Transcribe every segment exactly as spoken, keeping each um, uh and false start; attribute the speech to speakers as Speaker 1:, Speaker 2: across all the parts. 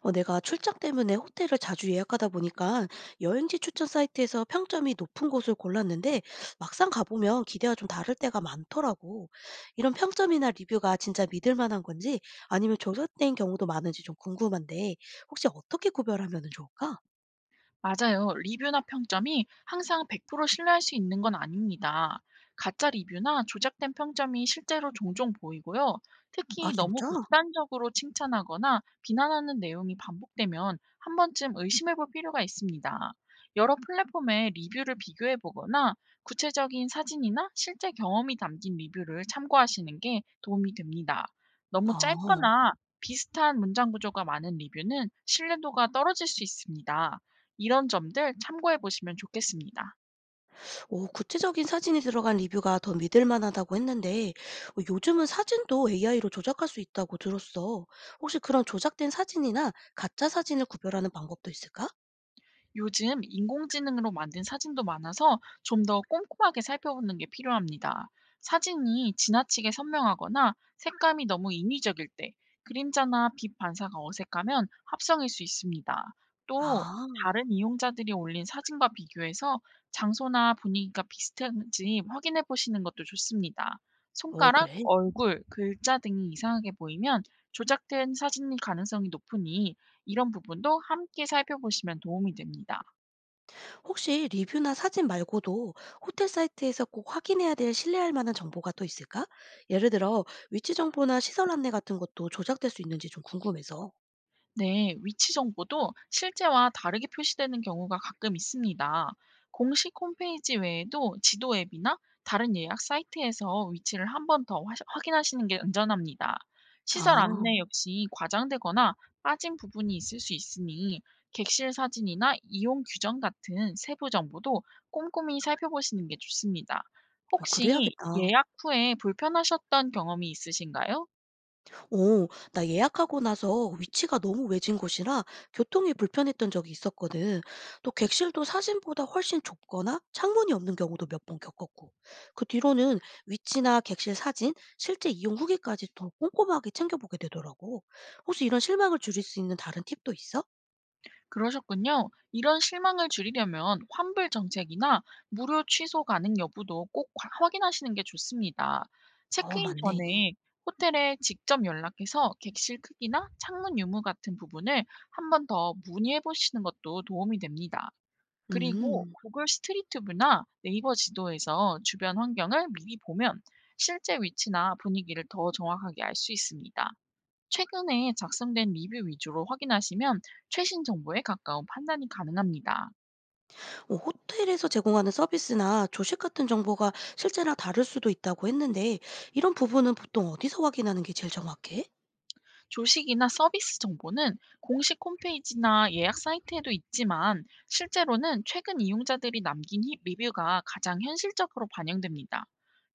Speaker 1: 어, 내가 출장 때문에 호텔을 자주 예약하다 보니까 여행지 추천 사이트에서 평점이 높은 곳을 골랐는데 막상 가보면 기대와 좀 다를 때가 많더라고. 이런 평점이나 리뷰가 진짜 믿을 만한 건지 아니면 조작된 경우도 많은지 좀 궁금한데 혹시 어떻게 구별하면 좋을까?
Speaker 2: 맞아요. 리뷰나 평점이 항상 백 퍼센트 신뢰할 수 있는 건 아닙니다. 가짜 리뷰나 조작된 평점이 실제로 종종 보이고요.
Speaker 1: 아,
Speaker 2: 특히 너무
Speaker 1: 진짜?
Speaker 2: 극단적으로 칭찬하거나 비난하는 내용이 반복되면 한 번쯤 의심해 볼 필요가 있습니다. 여러 플랫폼의 리뷰를 비교해 보거나 구체적인 사진이나 실제 경험이 담긴 리뷰를 참고하시는 게 도움이 됩니다. 너무
Speaker 1: 아.
Speaker 2: 짧거나 비슷한 문장 구조가 많은 리뷰는 신뢰도가 떨어질 수 있습니다. 이런 점들 참고해 보시면 좋겠습니다.
Speaker 1: 오, 구체적인 사진이 들어간 리뷰가 더 믿을 만하다고 했는데, 어, 요즘은 사진도 에이아이로 조작할 수 있다고 들었어. 혹시 그런 조작된 사진이나 가짜 사진을 구별하는 방법도 있을까?
Speaker 2: 요즘 인공지능으로 만든 사진도 많아서 좀 더 꼼꼼하게 살펴보는 게 필요합니다. 사진이 지나치게 선명하거나 색감이 너무 인위적일 때 그림자나 빛 반사가 어색하면 합성일 수 있습니다. 또
Speaker 1: 아,
Speaker 2: 다른 이용자들이 올린 사진과 비교해서 장소나 분위기가 비슷한지 확인해 보시는 것도 좋습니다.
Speaker 1: 어,
Speaker 2: 손가락,
Speaker 1: 그래.
Speaker 2: 얼굴, 글자 등이 이상하게 보이면 조작된 사진일 가능성이 높으니 이런 부분도 함께 살펴보시면 도움이 됩니다.
Speaker 1: 혹시 리뷰나 사진 말고도 호텔 사이트에서 꼭 확인해야 될 신뢰할 만한 정보가 또 있을까? 예를 들어, 위치 정보나 시설 안내 같은 것도 조작될 수 있는지 좀 궁금해서.
Speaker 2: 네, 위치 정보도 실제와 다르게 표시되는 경우가 가끔 있습니다. 공식 홈페이지 외에도 지도 앱이나 다른 예약 사이트에서 위치를 한 번 더 확인하시는 게 안전합니다. 시설
Speaker 1: 아,
Speaker 2: 안내 역시 과장되거나 빠진 부분이 있을 수 있으니 객실 사진이나 이용 규정 같은 세부 정보도 꼼꼼히 살펴보시는 게 좋습니다.
Speaker 1: 어,
Speaker 2: 혹시
Speaker 1: 그래야겠다.
Speaker 2: 예약 후에 불편하셨던 경험이 있으신가요?
Speaker 1: 오, 나 예약하고 나서 위치가 너무 외진 곳이라 교통이 불편했던 적이 있었거든. 또 객실도 사진보다 훨씬 좁거나 창문이 없는 경우도 몇 번 겪었고. 그 뒤로는 위치나 객실 사진, 실제 이용 후기까지 더 꼼꼼하게 챙겨보게 되더라고. 혹시 이런 실망을 줄일 수 있는 다른 팁도 있어?
Speaker 2: 그러셨군요. 이런 실망을 줄이려면 환불 정책이나 무료 취소 가능 여부도 꼭 과- 확인하시는 게 좋습니다.
Speaker 1: 어,
Speaker 2: 체크인
Speaker 1: 맞네.
Speaker 2: 전에 호텔에 직접 연락해서 객실 크기나 창문 유무 같은 부분을 한번 더 문의해 보시는 것도 도움이 됩니다. 그리고
Speaker 1: 음,
Speaker 2: 구글 스트리트뷰나 네이버 지도에서 주변 환경을 미리 보면 실제 위치나 분위기를 더 정확하게 알 수 있습니다. 최근에 작성된 리뷰 위주로 확인하시면 최신 정보에 가까운 판단이 가능합니다.
Speaker 1: 어, 호텔에서 제공하는 서비스나 조식 같은 정보가 실제랑 다를 수도 있다고 했는데, 이런 부분은 보통 어디서 확인하는 게 제일 정확해?
Speaker 2: 조식이나 서비스 정보는 공식 홈페이지나 예약 사이트에도 있지만 실제로는 최근 이용자들이 남긴 히- 리뷰가 가장 현실적으로 반영됩니다.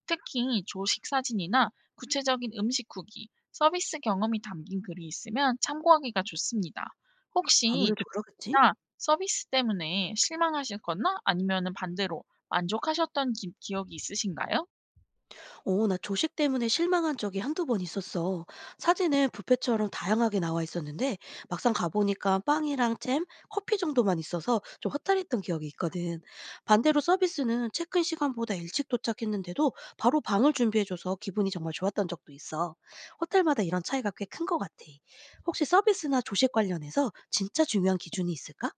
Speaker 2: 특히 조식 사진이나 구체적인 음식 후기, 서비스 경험이 담긴 글이 있으면 참고하기가 좋습니다. 혹시
Speaker 1: 아무래도 그러겠지?
Speaker 2: 조식이나 서비스 때문에 실망하셨거나 아니면은 반대로 만족하셨던 기, 기억이 있으신가요?
Speaker 1: 어, 나 조식 때문에 실망한 적이 한두 번 있었어. 사진은 뷔페처럼 다양하게 나와 있었는데 막상 가보니까 빵이랑 잼, 커피 정도만 있어서 좀 허탈했던 기억이 있거든. 반대로 서비스는 체크인 시간보다 일찍 도착했는데도 바로 방을 준비해줘서 기분이 정말 좋았던 적도 있어. 호텔마다 이런 차이가 꽤 큰 것 같아. 혹시 서비스나 조식 관련해서 진짜 중요한 기준이 있을까?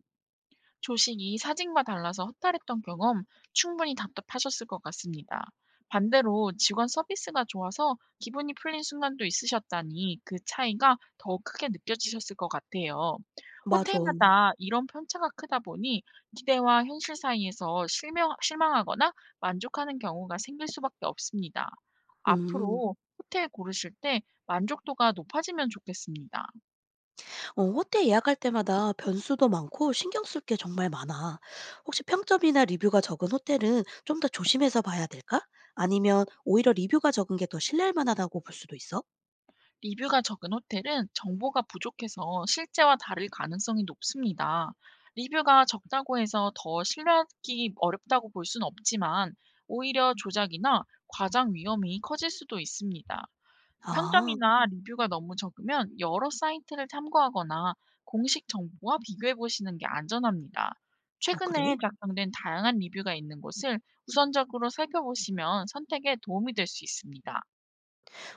Speaker 2: 조식이 사진과 달라서 허탈했던 경험 충분히 답답하셨을 것 같습니다. 반대로 직원 서비스가 좋아서 기분이 풀린 순간도 있으셨다니 그 차이가 더 크게 느껴지셨을 것 같아요.
Speaker 1: 맞아.
Speaker 2: 호텔마다 이런 편차가 크다 보니 기대와 현실 사이에서 실명, 실망하거나 만족하는 경우가 생길 수밖에 없습니다.
Speaker 1: 음.
Speaker 2: 앞으로 호텔 고르실 때 만족도가 높아지면 좋겠습니다.
Speaker 1: 어, 호텔 예약할 때마다 변수도 많고 신경 쓸 게 정말 많아. 혹시 평점이나 리뷰가 적은 호텔은 좀 더 조심해서 봐야 될까? 아니면 오히려 리뷰가 적은 게 더 신뢰할 만하다고 볼 수도 있어?
Speaker 2: 리뷰가 적은 호텔은 정보가 부족해서 실제와 다를 가능성이 높습니다. 리뷰가 적다고 해서 더 신뢰하기 어렵다고 볼 수는 없지만 오히려 조작이나 과장 위험이 커질 수도 있습니다.
Speaker 1: 아.
Speaker 2: 평점이나 리뷰가 너무 적으면 여러 사이트를 참고하거나 공식 정보와 비교해 보시는 게 안전합니다.
Speaker 1: 어, 그래?
Speaker 2: 최근에 작성된 다양한 리뷰가 있는 곳을 우선적으로 살펴보시면 선택에 도움이 될 수 있습니다.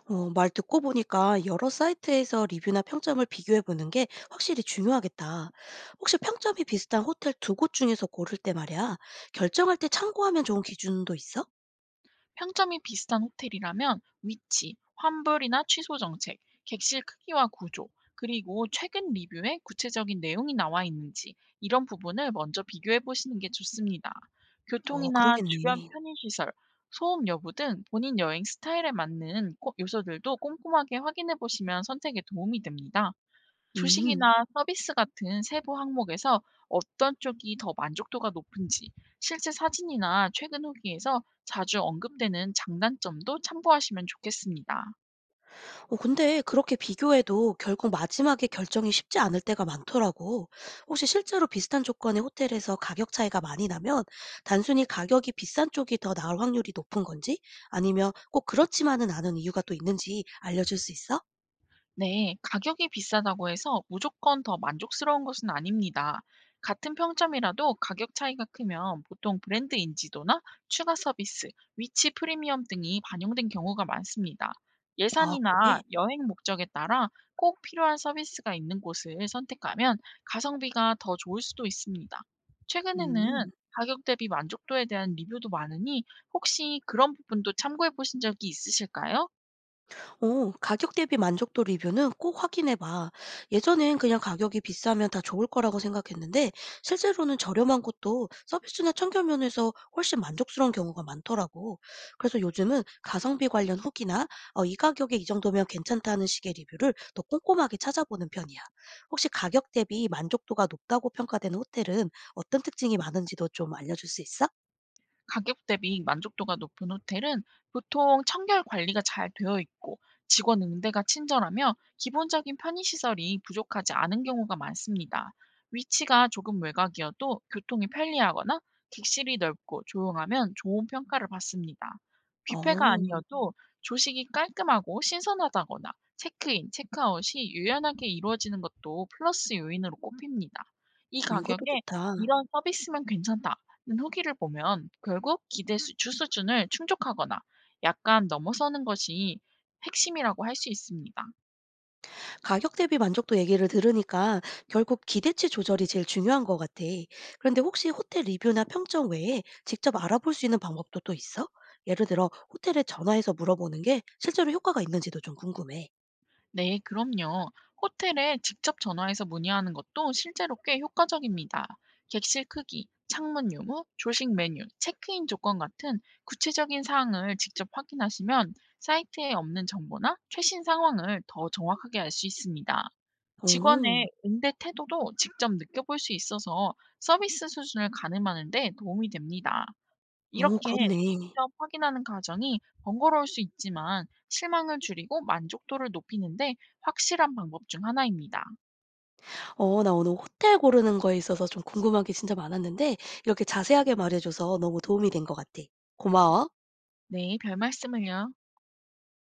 Speaker 1: 어, 말 듣고 보니까 여러 사이트에서 리뷰나 평점을 비교해 보는 게 확실히 중요하겠다. 혹시 평점이 비슷한 호텔 두 곳 중에서 고를 때 말이야. 결정할 때 참고하면 좋은 기준도 있어?
Speaker 2: 평점이 비슷한 호텔이라면 위치, 환불이나 취소 정책, 객실 크기와 구조, 그리고 최근 리뷰에 구체적인 내용이 나와 있는지 이런 부분을 먼저 비교해 보시는 게 좋습니다.
Speaker 1: 어,
Speaker 2: 교통이나 주변
Speaker 1: 그러겠네.
Speaker 2: 편의시설, 소음 여부 등 본인 여행 스타일에 맞는 코- 요소들도 꼼꼼하게 확인해 보시면 선택에 도움이 됩니다.
Speaker 1: 음.
Speaker 2: 주식이나 서비스 같은 세부 항목에서 어떤 쪽이 더 만족도가 높은지, 실제 사진이나 최근 후기에서 자주 언급되는 장단점도 참고하시면 좋겠습니다.
Speaker 1: 어, 근데 그렇게 비교해도 결국 마지막에 결정이 쉽지 않을 때가 많더라고. 혹시 실제로 비슷한 조건의 호텔에서 가격 차이가 많이 나면 단순히 가격이 비싼 쪽이 더 나을 확률이 높은 건지 아니면 꼭 그렇지만은 않은 이유가 또 있는지 알려줄 수 있어?
Speaker 2: 네, 가격이 비싸다고 해서 무조건 더 만족스러운 것은 아닙니다. 같은 평점이라도 가격 차이가 크면 보통 브랜드 인지도나 추가 서비스, 위치 프리미엄 등이 반영된 경우가 많습니다.
Speaker 1: 아, 그래?
Speaker 2: 예산이나 여행 목적에 따라 꼭 필요한 서비스가 있는 곳을 선택하면 가성비가 더 좋을 수도 있습니다. 최근에는
Speaker 1: 음.
Speaker 2: 가격 대비 만족도에 대한 리뷰도 많으니 혹시 그런 부분도 참고해 보신 적이 있으실까요?
Speaker 1: 어, 가격 대비 만족도 리뷰는 꼭 확인해봐. 예전엔 그냥 가격이 비싸면 다 좋을 거라고 생각했는데, 실제로는 저렴한 곳도 서비스나 청결 면에서 훨씬 만족스러운 경우가 많더라고. 그래서 요즘은 가성비 관련 후기나 어, 이 가격에 이 정도면 괜찮다는 식의 리뷰를 더 꼼꼼하게 찾아보는 편이야. 혹시 가격 대비 만족도가 높다고 평가되는 호텔은 어떤 특징이 많은지도 좀 알려줄 수 있어?
Speaker 2: 가격 대비 만족도가 높은 호텔은 보통 청결 관리가 잘 되어 있고 직원 응대가 친절하며 기본적인 편의시설이 부족하지 않은 경우가 많습니다. 위치가 조금 외곽이어도 교통이 편리하거나 객실이 넓고 조용하면 좋은 평가를 받습니다. 뷔페가
Speaker 1: 어.
Speaker 2: 아니어도 조식이 깔끔하고 신선하다거나 체크인, 체크아웃이 유연하게 이루어지는 것도 플러스 요인으로 꼽힙니다. 이
Speaker 1: 음, 이것도
Speaker 2: 가격에
Speaker 1: 좋다.
Speaker 2: 이런 서비스면 괜찮다 후기를 보면 결국 기대 수 주 수준을 충족하거나 약간 넘어서는 것이 핵심이라고 할 수 있습니다.
Speaker 1: 가격 대비 만족도 얘기를 들으니까 결국 기대치 조절이 제일 중요한 것 같아. 그런데 혹시 호텔 리뷰나 평점 외에 직접 알아볼 수 있는 방법도 또 있어? 예를 들어 호텔에 전화해서 물어보는 게 실제로 효과가 있는지도 좀 궁금해.
Speaker 2: 네, 그럼요. 호텔에 직접 전화해서 문의하는 것도 실제로 꽤 효과적입니다. 객실 크기, 창문 유무, 조식 메뉴, 체크인 조건 같은 구체적인 사항을 직접 확인하시면 사이트에 없는 정보나 최신 상황을 더 정확하게 알 수 있습니다.
Speaker 1: 오,
Speaker 2: 직원의 응대 태도도 직접 느껴볼 수 있어서 서비스 수준을 가늠하는 데 도움이 됩니다.
Speaker 1: 어,
Speaker 2: 이렇게
Speaker 1: 그렇네.
Speaker 2: 직접 확인하는 과정이 번거로울 수 있지만 실망을 줄이고 만족도를 높이는 데 확실한 방법 중 하나입니다.
Speaker 1: 어, 나 오늘 호텔 고르는 거에 있어서 좀 궁금한 게 진짜 많았는데 이렇게 자세하게 말해 줘서 너무 도움이 된 것 같아. 고마워.
Speaker 2: 네, 별 말씀을요.